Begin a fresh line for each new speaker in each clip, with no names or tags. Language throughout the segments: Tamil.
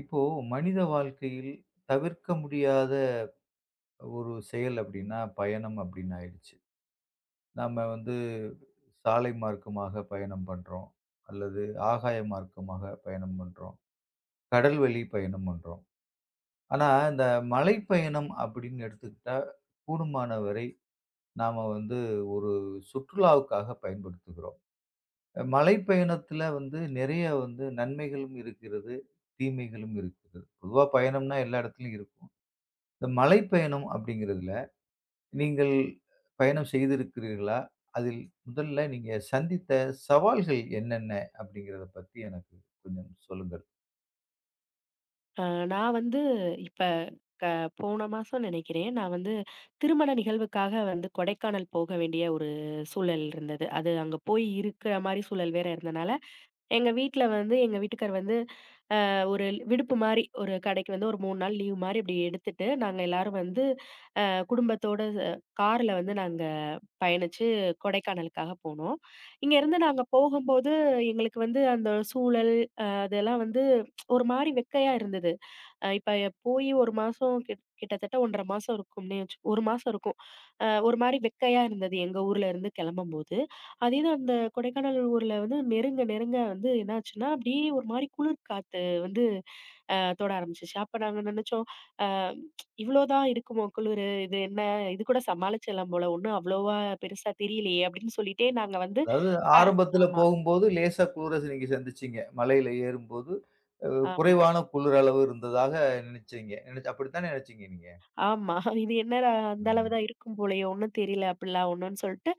இப்போ மனித வாழ்க்கையில் தவிர்க்க முடியாத ஒரு செயல் அப்படின்னா பயணம் அப்படின்னு ஆயிடுச்சு. நாம வந்து சாலை மார்க்கமாக பயணம் பண்றோம். அல்லது ஆகாய மார்க்கமாக பயணம் பண்றோம். கடல் வழி பயணம் பண்றோம். ஆனா, இந்த மலை பயணம் அப்படின்னு எடுத்துக்கிட்டா, கூடுமான வரை நாம வந்து ஒரு சுற்றுலாவுக்காக பயன்படுத்துகிறோம். மலை பயணத்துல வந்து நிறைய வந்து நன்மைகளும் இருக்கிறது, தீமைகளும் இருக்கிறது. பொதுவா பயணம்னா எல்லா இடத்துலயும் இருக்கும். இந்த மலை பயணம் அப்படிங்கிறதுல, நீங்கள் பயணம் செய்திருக்கிறீர்களா? அதில் முதல்ல நீங்க சந்தித்த சவால்கள் என்னென்ன? அப்படிங்கிறத பத்தி எனக்கு கொஞ்சம் சொல்லுங்கள்.
அ நான் வந்து இப்ப க போன மாசம் நினைக்கிறேன். நான் வந்து திருமண நிகழ்வுக்காக வந்து கொடைக்கானல் போக வேண்டிய ஒரு சூழல் இருந்தது. அது அங்க போய் இருக்கிற மாரி சூழல் வேற இருந்தனால, எங்க வீட்ல வந்து எங்க வீட்டுக்காரர் வந்து ஒரு விடுப்பு மாரி, ஒரு கடைக்கு வந்து ஒரு 3 நாள் லீவ் மாரி இப்படி எடுத்துட்டு, நாங்க எல்லாரும் வந்து குடும்பத்தோட அ கார்ல வந்து நாங்க பயணிச்சு கொடைக்கானலுக்காக போனோம். இங்கேருந்து நாங்க போகும்போது எங்களுக்கு வந்து அந்த சூழல், அதெல்லாம் வந்து ஒரு மாரி வெக்கையா இருந்தது. இப்ப போயி 1 மாசம் கிட்டத்தட்ட 1 1/2 மாசம் இருக்கும்னே வச்சு 1 மாசம் இருக்கும். ஒரு மாரி வெக்கையா இருந்தது எங்க ஊர்ல இருந்து கிளம்பும்போது. அதே தான் அந்த கொடைக்கானல் ஊர்ல வந்து நெருங்க, நெருங்க வந்து என்னாச்சுன்னா, அப்படியே ஒரு மாரி குளிர் காத்து வந்து தொட ஆரம்பிச்சுச்சு. அப்ப நாங்க நெனச்சோம், அ இவ்ளோ தான் இருக்குமோ குளிரு? இது என்ன? இது கூட சமாளிச்சிடலாம் போல. ஒண்ணும் அவ்வளோவா பெருசா தெரியலையே! அப்படின்னு சொல்லிட்டே நாங்க வந்து
அதாவது
ப
ஆரம்பத்தில
ஆமா,
போகும்போது லேசா குளிர நீங்க சந்திச்சீங்க. மலையில ஏறும்போது அ
ஆமா.
குறைவான குளிர் அளவு இருந்ததாக நினைச்சீங்க. நினைச்சு அப்படித்தானே நினைச்சீங்க நீங்க?
ஆமா. இது என்னடா அந்த அளவு
ம்.
தான் இருக்கும் போலயே! ஒண்ணும் தெரியல அப்பிடிலாம் ஒண்ணுன்னு சொல்ட்டு,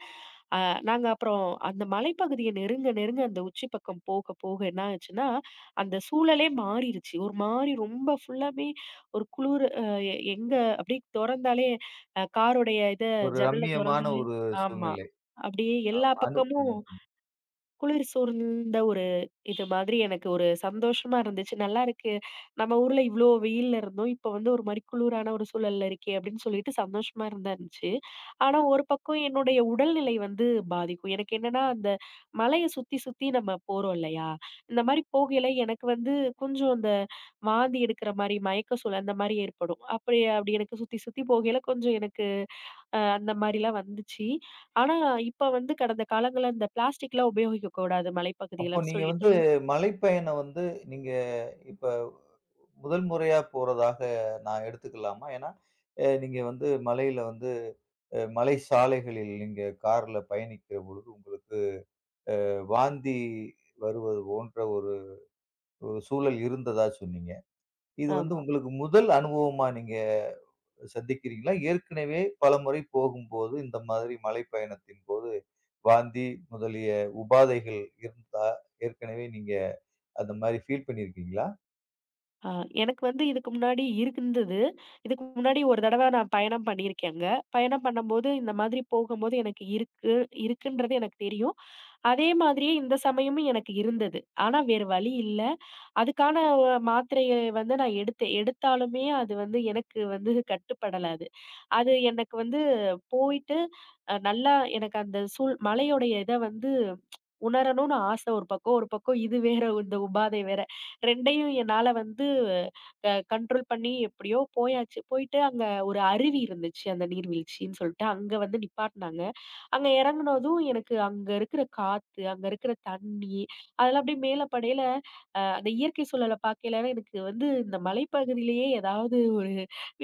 அ நாங்க அப்புறம் அந்த மலைப்பகுதிய நெருங்க, நெருங்க அந்த உச்சி பக்கம் போக, போக என்ன ஆச்சுன்னா, அந்த சூழலே மாறிருச்சு. ஒருமாரி ரொம்ப ஃபுல்லாவே ஒரு குளிர் அ எ எங்க அப்பிடியே தொறந்தாலே காருடைய
ஒரு
ஜன்னல
ரம்மியமான
தொறந்தாலே
ஒரு
ஆமா.
சூழ்நிலை.
அப்பிடியே எல்லா
ஆமா. அனு
பக்கமும்
ம்.
குளிர் சூழ்ந்த ஒரு இது மாதிரி எனக்கு ஒரு சந்தோஷமா இருந்துச்சு. நல்லா இருக்கு. நம்ம ஊர்ல இவ்ளோ வெயில்ல இருந்தோம். இப்ப வந்து ஒரு மாரி குளிரான ஒரு சூழல்ல இருக்கே! அப்படின்னு சொல்லிட்டு சந்தோஷமா இருந்துச்சு. ஆனா ஒரு பக்கம் என்னுடைய உடல்நிலை வந்து பாதிக்கும். எனக்கு என்னன்னா, அந்த மலைய சுத்தி சுத்தி நம்ம போறோம் இல்லையா? இந்த மாரி போகையில எனக்கு வந்து கொஞ்சம் அந்த வாந்தி எடுக்கிற மாரி, மயக்க சூழல் அந்த மாரி ஏற்படும். அப்படி அப்படி எனக்கு சுத்தி சுத்தி போகையில கொஞ்சம் எனக்கு அந்த மாரிலாம் வந்துச்சு. ஆனா, இப்ப வந்து கடந்த காலங்கள்ல இந்த பிளாஸ்டிக்லாம் உபயோகிக்கக் கூடாது
அப்போ
மலைப்பகுதியிலன்னு
நீங்க
சொல்லிட்டு
வந்து மலை பயணம் வந்து நீங்க இப்ப முதல் முறையா போறதாக நான் எடுத்துக்கலாமா? ஏன்னா, நீங்க வந்து மலையில வந்து மலை சாலைகளில் நீங்க கார்ல பயணிக்கிற பொழுது உங்களுக்கு வாந்தி வருவது போன்ற ஒரு ஒரு சூழல் இருந்ததா சொன்னீங்க. இது வந்து
ஆமா.
உங்களுக்கு முதல் அனுபவமா நீங்க சந்திக்கிறீங்களா? ஏற்கனவே பலமுறை போகும்போது இந்த மாதிரி மலை பயணத்தின் போது வாந்தி முதலிய உபாதைகள் இருந்தா ஏற்கனவே நீங்க அந்த மாரி ஃபீல் பண்ணியிருக்கீங்களா?
அ எனக்கு வந்து இதுக்கு முன்னாடி இருந்தது. இதுக்கு முன்னாடி ஒரு தடவ நான் பயணம் பண்ணியிருக்கேங்க. பயணம் பண்ணும்போது இந்த மாதிரி போகும்போது எனக்கு இருக்குன்றது எனக்கு தெரியும். அதே மாதிரியே இந்த சமயமும் எனக்கு இருந்தது. ஆனா, வேறு வழி இல்ல. அதுக்கான மாத்திரைய வந்து நான் எடுத்தேன். எடுத்தாலுமே அது வந்து எனக்கு வந்து கட்டுப்படல அது. அது எனக்கு வந்து போயிட்டு நல்லா எனக்கு அந்த சூழ் மலையோடைய இத வந்து உணரணும்னு ஆசை ஒரு பக்கம், ஒரு பக்கம் இது வேற இந்த உபாதை வேற. 2யும் என்னால வந்து கண்ட்ரோல் பண்ணி எப்படியோ போயாச்சு. போயிட்டு அங்க ஒரு அருவி இருந்துச்சு, அந்த நீர்வீழ்ச்சின்னு சொல்லிட்டு. அங்க வந்து நிப்பாட்னாங்க. அங்க இறங்குனதும் எனக்கு அங்க இருக்கிற காத்து, அங்க இருக்கிற தண்ணி, அதெல்லாம் அப்படியே மேல படையில அந்த இயற்கை சூழல பார்க்கையில எனக்கு வந்து இந்த மலைப்பகுதியிலேயே ஏதாவது ஒரு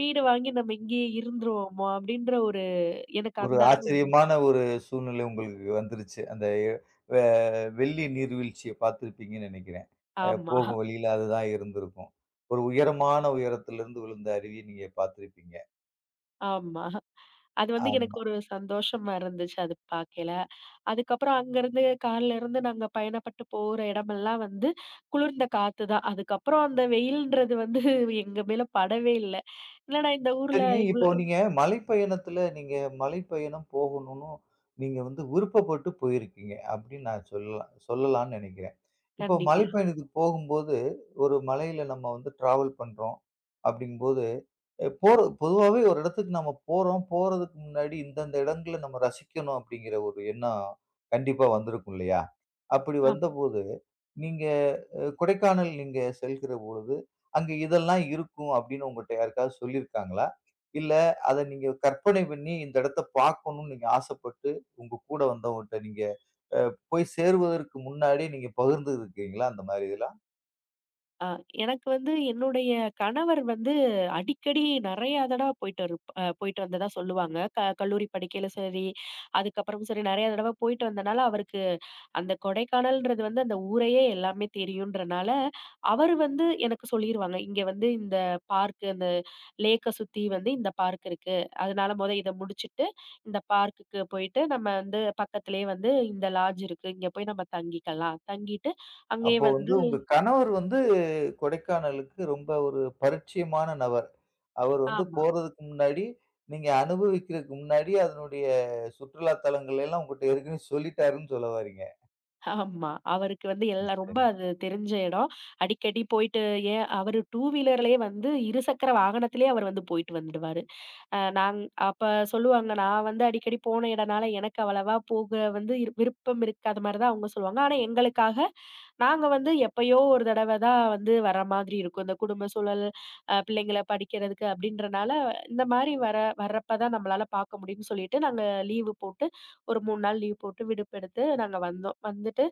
வீடு வாங்கி நம்ம இங்கேயே இருந்துருவோமோ அப்படின்ற ஒரு எனக்கு
ஒரு
அந்த அளவு
ஆச்சரியமான ஒரு சூழ்நிலை உங்களுக்கு வந்துருச்சு. அந்த வெ வெள்ளி நீர்வீழ்ச்சிய பார்த்திருப்பீங்கன்னு நெனைக்கிறேன்.
ஆமா,
போகும் வழியில அதுதான் இருந்திருக்கும். ஒரு உயரமான உயரத்திலிருந்து விழுந்த அருவிய நீங்க பார்த்திருப்பீங்க.
ஆமா. அது வந்து எனக்கு
ஆமா.
ஒரு சந்தோஷமா இருந்துச்சு அது பார்க்கையில. அதுக்கப்புறம் அங்கருந்து கார்ல இருந்து நாங்க பயணப்பட்டு போற இடமெல்லாம் வந்து குளிர்ந்த காத்து தான். அதுக்கப்புறம் அந்த வெயில்ன்றது வந்து எங்க மேல படவே இல்ல. என்னடா இந்த ஊர்ல
சரிங்க. இப்போ
இவ்ளோ
நீங்க மலைப்பயணத்துல நீங்க மலைப்பயணம் போகணும்னு நீங்க வந்து விருப்பப்பட்டு போயிருக்கீங்க. அப்படின்னு நான் சொல்லலாம் சொல்லலாம்னு நெனைக்கிறேன். இப்போ
கண்டிப்பா.
மலைப்பயணத்துக்கு போகும்போது, ஒரு மலையில நம்ம வந்து டிராவல் பண்றோம் அப்படிங்கும்போது, போற பொதுவாவே ஒரு இடத்துக்கு நம்ம போறோம். போறதுக்கு முன்னாடி இந்தந்த இடங்கள நம்ம ரசிக்கணும் அப்படிங்கிற ஒரு எண்ணம் கண்டிப்பா வந்திருக்கும் இல்லையா? அப்படி
ஆமா.
வந்தபோது, நீங்க கொடைக்கானல் நீங்க செல்கிற பொழுது, அங்க இதெல்லாம் இருக்கும் அப்படின்னு உங்கட்ட யாருக்காவது சொல்லியிருக்காங்களா? இல்ல அத நீங்க கற்பனை பண்ணி இந்த இடத்த பார்க்கணும்னு நீங்க ஆசைப்பட்டு, உங்க கூட வந்தவங்கட்ட நீங்க போய் சேருவதற்கு முன்னாடி நீங்க பகிர்ந்துருக்கீங்களா? அந்த மாரி இதெல்லாம்.
அ எனக்கு வந்து என்னுடைய கணவர் வந்து அடிக்கடி நெறையா தடவ போயிட்டு இருப் அ போயிட்டு வந்ததா சொல்லுவாங்க. கல்லூரி படிக்கையில சரி, அதுக்கப்புறமும் சரி நெறையா தடவ போயிட்டு வந்தனால அவருக்கு அந்த கொடைக்கானல்ன்றது வந்து அந்த ஊரையே எல்லாமே தெரியுன்றனால, அவரு வந்து எனக்கு சொல்லிருவாங்க. இங்க வந்து இந்த பார்க் அந்த லேக்க சுத்தி வந்து இந்த பார்க் இருக்கு. அதனால மொத இத முடிச்சுட்டு, இந்த பார்க்குக்கு போயிட்டு நம்ம வந்து பக்கத்திலேயே வந்து இந்த லாட்ஜ் இருக்கு. இங்க போய் நம்ம தங்கிக்கலாம். தங்கிட்டு அங்கேயே
அப்போ வந்து
வந்து
உங்க கணவர் வந்து கொடைக்கானலுக்கு ரொம்ப ஒரு பரிச்சயமான நபர். அவர் வந்து
ஆமா,
போறதுக்கு முன்னாடி, நீங்க அனுபவிக்கிறதுக்கு முன்னாடி அதனுடைய சுற்றுலா தலங்கள் எல்லாம் உங்கட்ட ஏற்கனவே சொல்லிட்டாருன்னு சொல்ல வாரீங்க.
ஆமா. அவருக்கு வந்து எல்லாம்
சரி.
ரொம்ப அது தெரிஞ்ச இடம். அடிக்கடி போயிட்டு ஏன் அவரு டூ வீலர்லயே வந்து இருசக்கர வாகனத்திலேயே அவர் வந்து போயிட்டு வந்துடுவாரு. நான் அப்ப சொல்லுவாங்க, நான் வந்து அடிக்கடி போன இடனால எனக்கு அவ்வளவா போக வந்து விருப்பம் இருக்காத மாரி தான் அவங்க சொல்லுவாங்க. ஆனா எங்களுக்காக நாங்க வந்து எப்பயோ ஒரு தடவ தான் வந்து வர மாதிரி இருக்கும். இந்த குடும்ப சூழல், பிள்ளைங்கள படிக்கிறதுக்கு அப்படின்றனால, இந்த மாரி வர்றப்ப தான் நம்மளால பார்க்க முடியும்னு சொல்லிட்டு, நாங்க லீவு போட்டு ஒரு 3 நாள் லீவ் போட்டு விடுப்பு எடுத்து நாங்க வந்தோம். வந்துட்டு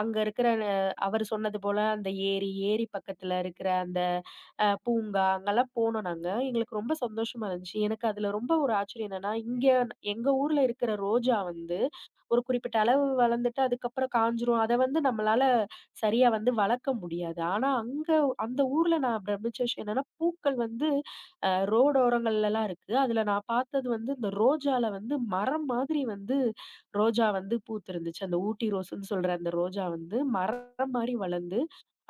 அங்க இருக்கிற அவரு சொன்னது போல அந்த ஏரி, ஏரி பக்கத்துல இருக்கிற அந்த பூங்கா, அங்கலாம் போனோம் நாங்க. எங்களுக்கு ரொம்ப சந்தோஷமா இருந்துச்சு. எனக்கு அதுல ரொம்ப ஒரு ஆச்சரியம் என்னன்னா, இங்க எங்க ஊர்ல இருக்கிற ரோஜா வந்து ஒரு குறிப்பிட்ட அளவு வளர்ந்துட்டு அதுக்கப்புறம் காஞ்சிரும். அத வந்து நம்மளால சரியா வந்து வளர்க்க முடியாது. ஆனா அங்க அந்த ஊர்ல நான் பிரமிச்ச விஷயம் என்னன்னா, பூக்கள் வந்து ரோடு ஓரங்கள்லலாம் இருக்கு. அதுல நான் பார்த்தது வந்து இந்த ரோஜால வந்து மரம் மாதிரி வந்து ரோஜா வந்து பூத்திருந்துச்சு. அந்த ஊட்டி ரோஸ்ன்னு சொல்ற அந்த ரோஜா வந்து மரம் மாரி வளர்ந்து,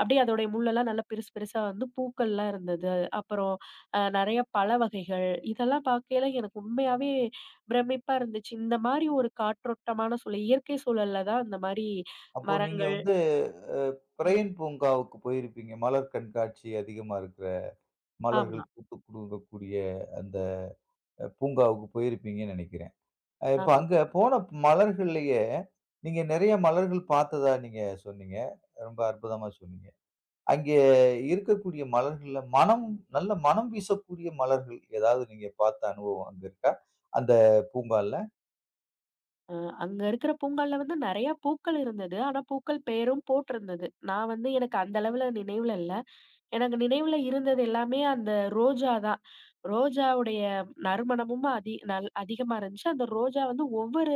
அப்படியே அதோடைய முள்ளெல்லாம் நல்லா பெருசு பெருசா வந்து பூக்கள்லாம் இருந்தது. அப்புறம் நெறைய பழ வகைகள், இதெல்லாம் பார்க்கையில எனக்கு உண்மையாவே பிரமிப்பா இருந்துச்சு. இந்த மாரி ஒரு காற்றோட்டமான சூழல், இயற்கை சூழல்ல தான் இந்த மாரி
அப்போ நீங்க
மரங்கள்
வந்து அ பிரையன் பூங்காவுக்கு போயிருப்பீங்க. மலர் கண்காட்சி அதிகமா இருக்கிற
ஆமா,
மலர்கள் பூத்து குலுங்கக்கூடிய அந்த பூங்காவுக்கு போயிருப்பீங்கன்னு நினைக்கிறேன். இப்ப
ஆமா.
அங்க போன மலர்கள்லயே, நீங்க நெறைய மலர்கள் பார்த்ததா நீங்க சொன்னீங்க. ரொம்ப அற்புதமா சொன்னீங்க. அங்கே இருக்கக்கூடிய மலர்கள்ல மனம் நல்ல மனம் வீசக்கூடிய மலர்கள் ஏதாவது நீங்க பார்த்த அனுபவம் அங்க இருக்கா? அந்த பூங்கால?
அ அங்க இருக்கிற பூங்கால்ல வந்து நெறைய பூக்கள் இருந்தது. ஆனா பூக்கள் பெயரும் போட்டிருந்தது. நான் வந்து எனக்கு அந்த அளவுல நினைவுல இல்ல. எனக்கு நினைவுல இருந்தது எல்லாமே அந்த ரோஜா தான். ரோஜாவுடைய நறுமணமும் அதிகமா இருந்துச்சு. அந்த ரோஜா வந்து ஒவ்வொரு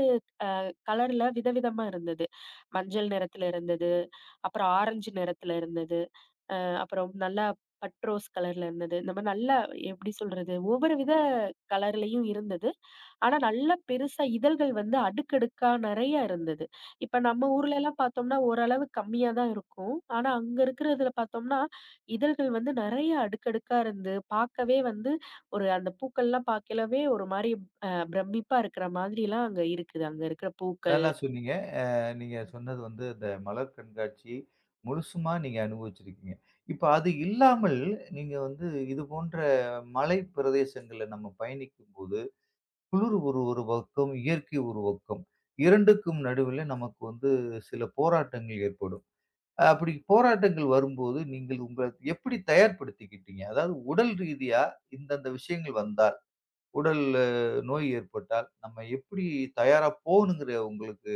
கலர்ல விதவிதமா இருந்தது. மஞ்சள் நிறத்துல இருந்தது, அப்புறம் ஆரஞ்சு நிறத்துல இருந்தது, அப்புறம் நல்லா ரோஸ் கலர்ல இருந்தது. இந்த மாரி நல்லா எப்படி சொல்றது? ஒவ்வொரு வித கலர்லயும் இருந்தது. ஆனா நல்ல பெருசா இதழ்கள் வந்து அடுக்கடுக்கா நெறைய இருந்தது. இப்ப நம்ம ஊர்லலாம் பார்த்தோம்னா, ஓரளவு கம்மியா தான் இருக்கும். ஆனா அங்க இருக்கிறதுல பார்த்தோம்னா, இதழ்கள் வந்து நெறைய அடுக்கடுக்கா இருந்து, பார்க்கவே வந்து ஒரு அந்த பூக்கள்லாம் பார்க்கலவே ஒரு மாரி அ பிரமிப்பா இருக்கிற மாதிரிலாம் அங்க இருக்குது. அங்க இருக்கிற பூக்கள்.
நல்லா சொன்னீங்க. அ நீங்க சொன்னது வந்து இந்த மலர் கண்காட்சி முழுசுமா நீங்க அனுபவிச்சிருக்கீங்க. இப்ப அது இல்லாமல் நீங்க வந்து இது போன்ற மலை பிரதேசங்கள்ல நம்ம பயணிக்கும்போது, குளிர் ஒரு ஒரு பக்கம், இயற்கை ஒரு பக்கம். 2க்கும் நடுவில நமக்கு வந்து சில போராட்டங்கள் ஏற்படும். அப்படி போராட்டங்கள் வரும்போது நீங்கள் உங்கள எப்படி தயார்படுத்திக்கிட்டீங்க? அதாவது உடல் ரீதியா இந்தந்த விஷயங்கள் வந்தால், உடல் நோய் ஏற்பட்டால் நம்ம எப்படி தயாரா போகணுங்கிற உங்களுக்கு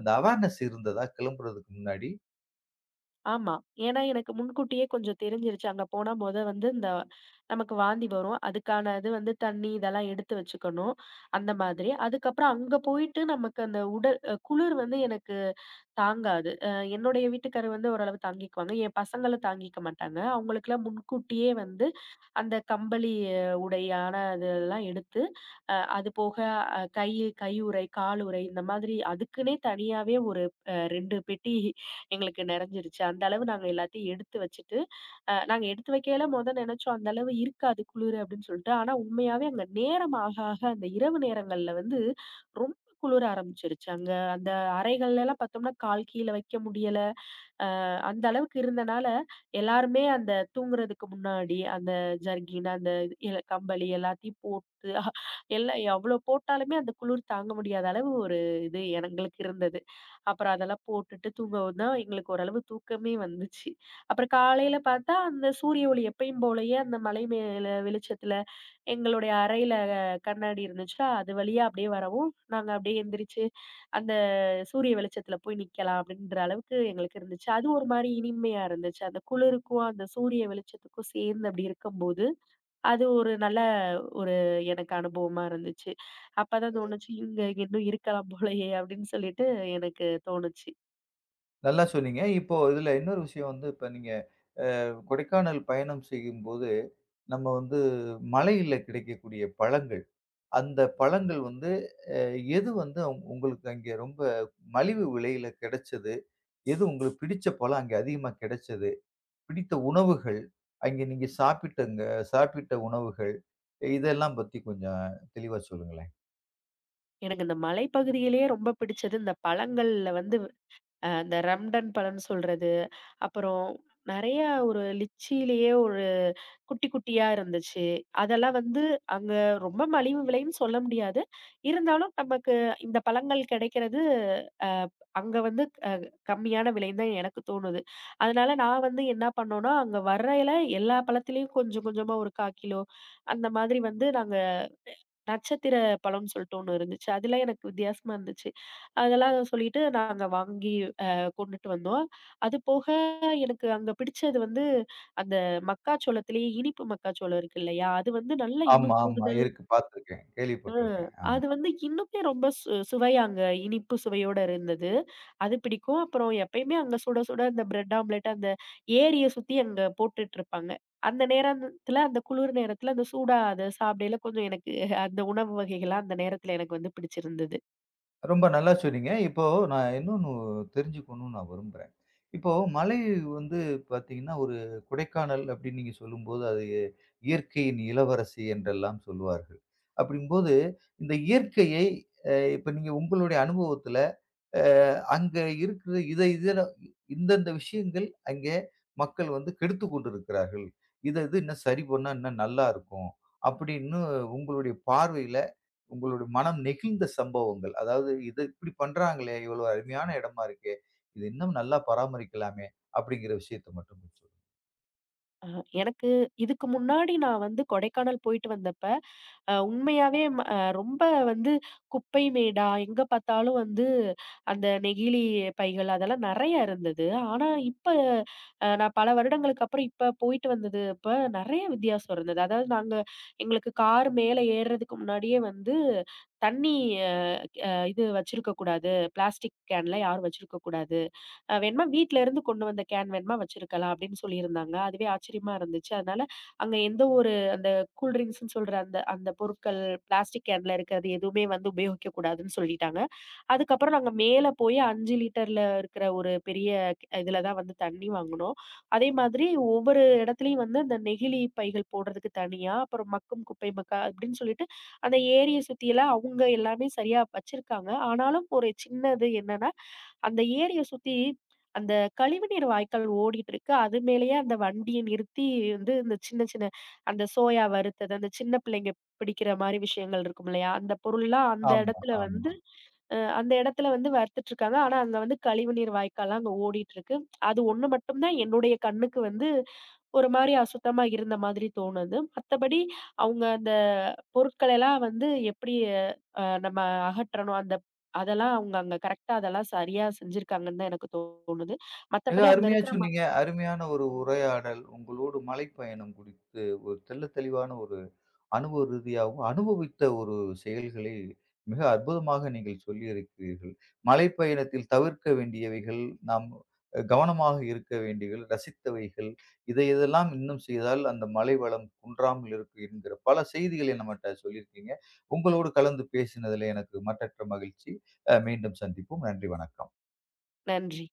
அந்த அவேர்னஸ் இருந்ததா கிளம்புறதுக்கு முன்னாடி?
ஆமா. ஏன்னா எனக்கு முன்கூட்டியே கொஞ்சம் தெரிஞ்சிருச்சு. அங்க போனா மொத வந்து இந்த நமக்கு வாந்தி வரும். அதுக்கான இது வந்து தண்ணி இதெல்லாம் எடுத்து வச்சுக்கணும். அந்த மாதிரி. அதுக்கப்புறம் அங்க போயிட்டு நமக்கு அந்த உடல் குளிர் வந்து எனக்கு தாங்காது. என்னுடைய வீட்டுக்காரர் வந்து ஓரளவு தாங்கிக்குவாங்க. என் பசங்களும் தாங்கிக்க மாட்டாங்க. அவங்களுக்கெல்லாம் முன்கூட்டியே வந்து அந்த கம்பளி உடையான அதெல்லாம் எடுத்து, அது போக அ கை கையுறை, காலுறை இந்த மாதிரி அதுக்குன்னே தனியாவே ஒரு 2 பெட்டி எங்களுக்கு நெறஞ்சிருச்சு. அந்த அளவு நாங்க எல்லாத்தையும் எடுத்து வச்சுட்டு, நாங்க எடுத்து வைக்கையில மொத நெனச்சோம், அந்த அளவு இருக்காது குளிரு அப்படின்னு சொல்லிட்டு. ஆனா உண்மையாவே அங்க நேரம் ஆக, ஆக அந்த இரவு நேரங்கள்ல வந்து ரொம்ப குளிர ஆரம்பிச்சுருச்சு. அங்க அந்த அறைகள்லலாம் பார்த்தோம்னா, கால் கீழ வைக்க முடியல. அந்த அளவுக்கு இருந்தனால, எல்லாருமே அந்த தூங்குறதுக்கு முன்னாடி, அந்த ஜர்கின், அந்த இது, இல கம்பளி எல்லாத்தையும் போட்டு எவ்வளோ போட்டாலுமே அந்த குளிர் தாங்க முடியாத அளவு ஒரு இது எங்களுக்கு இருந்தது. அப்புறம் அதெல்லாம் போட்டுட்டு தூங்கவும் தான் எங்களுக்கு ஓரளவு தூக்கமே வந்துச்சு. அப்புறம் காலையில பார்த்தா, அந்த சூரிய ஒளி எப்பயும் போலயே அந்த மலை மேல வெளிச்சத்துல எங்களுடைய அறையில கண்ணாடி இருந்துச்சா, அது வழியா அப்படியே வரவும், நாங்க அப்படியே எந்திரிச்சு, அந்த சூரிய வெளிச்சத்துல போய் நிக்கலாம் அப்படின்ற அளவுக்கு எங்களுக்கு இருந்துச்சு. அது ஒரு மாரி இனிமையா இருந்துச்சு. அந்த குளிருக்கும், அந்த சூரிய வெளிச்சத்துக்கும் சேர்ந்து அப்படி இருக்கும்போது, அது ஒரு நல்ல ஒரு எனக்கு அனுபவமா இருந்துச்சு. அப்பதான் தோணுச்சு, "இங்க இன்னும் இருக்கலாம் போலயே!" அப்படின்னு சொல்லிட்டு எனக்கு தோணுச்சு.
நல்லா சொன்னீங்க. இப்போ இதுல இன்னொரு விஷயம் வந்து இப்ப நீங்க கொடைக்கானல் பயணம் செய்யும்போது, நம்ம வந்து மலையில கிடைக்கக்கூடிய பழங்கள், அந்த பழங்கள் வந்து அ எது வந்து உங்களுக்கு அங்கே ரொம்ப மலிவு விலையில கிடைச்சது? எது உங்களுக்கு பிடிச்ச பழம் அங்கே அதிகமா கிடைச்சது? பிடித்த உணவுகள், அங்கே நீங்க சாப்பிட்டங்க சாப்பிட்ட உணவுகள், இதெல்லாம் பத்தி கொஞ்சம் தெளிவா சொல்லுங்களேன்.
எனக்கு இந்த மலைப்பகுதியிலேயே ரொம்ப பிடிச்சது இந்த பழங்கள்ல வந்து அந்த ரம்டன் பழம்னு சொல்றது, அப்புறம் நெறைய ஒரு லிச்சியிலேயே ஒரு குட்டி குட்டியா இருந்துச்சு. அதெல்லாம் வந்து அங்க ரொம்ப மலிவு விலைன்னு சொல்ல முடியாது. இருந்தாலும் நமக்கு இந்த பழங்கள் கிடைக்கிறது அ அங்க வந்து கம்மியான விலைன்னு தான் எனக்கு தோணுது. அதனால நான் வந்து என்ன பண்ணோம்னா, அங்க வரையில எல்லா பழத்திலயும் கொஞ்சம் கொஞ்சமா ஒரு 1/4 கிலோ அந்த மாதிரி வந்து நாங்க நட்சத்திர பழம்னு சொல்லிட்டு ஒண்ணு இருந்துச்சு. அதெல்லாம் எனக்கு வித்தியாசமா இருந்துச்சு. அதெல்லாம் சொல்லிட்டு நாங்க வாங்கி அ கொண்டுட்டு வந்தோம். அது போக எனக்கு அங்க பிடிச்சது வந்து அந்த மக்காச்சோளத்திலேயே இனிப்பு மக்காச்சோளம் இருக்கு இல்லையா? அது வந்து நல்லா
ஆமா,
இன்னும்
ஆமா.
கூடுதல்
இருக்கு. பார்த்துருக்கேன்.
ம்.
கேள்விப்பட்டுருக்கேன்.
அது
ஆமா.
வந்து இன்னுமே ரொம்ப சுவையா அங்க இனிப்பு சுவையோட இருந்தது. அது பிடிக்கும். அப்புறம் எப்பயுமே அங்க சுட சுட அந்த பிரெட் ஆம்லெட் அந்த ஏரிய சுத்தி அங்க போட்டுட்டுருப்பாங்க. அந்த நேரத்துல அந்த குளிர் நேரத்துல அந்த சூடா அத சாப்பிடையில கொஞ்சம் எனக்கு அந்த உணவு வகைகள்லாம் அந்த நேரத்துல எனக்கு வந்து பிடிச்சிருந்தது.
ரொம்ப நல்லா சொன்னீங்க. இப்போ நான் இன்னொன்னு தெரிஞ்சுக்கணும்னு நான் விரும்புறேன். இப்போ மலை வந்து பார்த்தீங்கன்னா, ஒரு கொடைக்கானல் அப்படின்னு நீங்க சொல்லும்போது, அது இயற்கையின் இளவரசி என்றெல்லாம் சொல்லுவார்கள். அப்படிங்கும்போது, இந்த இயற்கையை இப்ப நீங்க உங்களுடைய அனுபவத்துல, அ அங்க இருக்கிற இதுல இந்தந்த விஷயங்கள் அங்கே மக்கள் வந்து கெடுத்துக் கொண்டிருக்கிறார்கள். இது இன்னும் சரி பண்ணா இன்னும் நல்லா இருக்கும். அப்படின்னு உங்களுடைய பார்வையில உங்களுடைய மனம் நெகிழ்ந்த சம்பவங்கள். அதாவது இது இப்படி பண்றாங்களே! இவ்வளோ அருமையான இடமா இருக்கே! இது இன்னும் நல்லா பராமரிக்கலாமே! அப்படிங்கிற விஷயத்த மட்டும் சொல்லுங்க.
அ எனக்கு இதுக்கு முன்னாடி நான் வந்து கொடைக்கானல் போயிட்டு வந்தப்ப அ உண்மையாவே ம அ ரொம்ப வந்து குப்பை மேடா, எங்க பார்த்தாலும் வந்து அந்த நெகிழி பைகள் அதெல்லாம் நெறைய இருந்தது. ஆனா, இப்ப நான் பல வருடங்களுக்கு அப்புறம் இப்ப போயிட்டு வந்தது அப்ப நெறைய வித்தியாசம் இருந்தது. அதாவது நாங்க எங்களுக்கு கார் மேல ஏறுறதுக்கு முன்னாடியே வந்து தண்ணி அ அ இது வச்சிருக்கக்கூடாது. பிளாஸ்டிக் கேன்லாம் யாரும் வச்சிருக்கக்கூடாது. வேணுமா வீட்ல இருந்து கொண்டு வந்த கேன் வேணுமா வச்சிருக்கலாம் அப்படின்னு சொல்லியிருந்தாங்க. அதுவே ஆச்சரியமா இருந்துச்சு. அதனால அங்க எந்த ஒரு அந்த கூல் ட்ரிங்க்ஸ்ன்னு சொல்ற அந்த அந்த பொருட்கள் பிளாஸ்டிக் கேன்ல இருக்கிறது எதுவுமே வந்து உபயோகிக்க கூடாதுன்னு சொல்லிட்டாங்க. அதுக்கப்புறம் நாங்க மேல போய் 5 லிட்டர்ல இருக்கிற ஒரு பெரிய இதுல தான் வந்து தண்ணி வாங்குனோம். அதே மாதிரி ஒவ்வொரு இடத்துலயும் வந்து அந்த நெகிழி பைகள் போடுறதுக்கு தனியா, அப்புறம் மக்கும் குப்பை மக்கா அப்படின்னு சொல்லிட்டு அந்த ஏரிய சுத்தியெல்லாம் அவங்க எல்லாமே சரியா வச்சிருக்காங்க. ஆனாலும் ஒரு சின்னது என்னன்னா அந்த ஏரிய சுத்தி அந்த கழிவுநீர் வாய்க்கால் ஓடிட்டுருக்கு. அது மேலேயே அந்த வண்டிய நிறுத்தி வந்து இந்த சின்ன சின்ன அந்த சோயா வறுத்தது, அந்த சின்ன பிள்ளைங்க பிடிக்கிற மாரி விஷயங்கள் இருக்கும் இல்லையா? அந்த பொருள்லாம் அந்த
ஆமா,
இடத்துல
ஆமா.
வந்து அந்த இடத்துல வந்து வறுத்துட்டுருக்காங்க. ஆனா, அங்க வந்து கழிவுநீர் வாய்க்கால்லாம் அங்க ஓடிட்டுருக்கு. அது ஒண்ணு மட்டும் தான் என்னுடைய கண்ணுக்கு வந்து ஒரு மாரி அசுத்தமா இருந்த மாதிரி தோணுது. மத்தபடி அவங்க அந்த பொருட்களெல்லாம் வந்து எப்படி நம்ம அகற்றணும், அந்த அதெல்லாம் அவங்க அங்க கரெக்ட்டா அதெல்லாம் சரியா செஞ்சிருக்காங்கன்னு தான் எனக்கு தோணுது.
மிக
மத்தபடி அங்க
அருமையா
இருக்கிற
சொன்னீங்க. அருமையான ஒரு
ம்.
உரையாடல். உங்களோடு மலைப்பயணம் குறித்து ஒரு தெள்ள தெளிவான ஒரு அனுபவ ரீதியாகவும், அனுபவித்த ஒரு செயல்களை மிக அற்புதமாக நீங்கள் சொல்லியிருக்கிறீர்கள். மலை பயணத்தில் தவிர்க்க வேண்டியவைகள், நாம் கவனமாக இருக்க வேண்டியவைகள், ரசித்தவைகள், இதை இதெல்லாம் இன்னும் செய்தால் அந்த மலை வளம் குன்றாமல் இருக்கும் என்கிற பல செய்திகளை நம்மட்ட சொல்லியிருக்கீங்க. உங்களோடு கலந்து பேசினதிலே எனக்கு மட்டற்ற மகிழ்ச்சி. மீண்டும் சந்திப்போம். நன்றி, வணக்கம்.
நன்றி.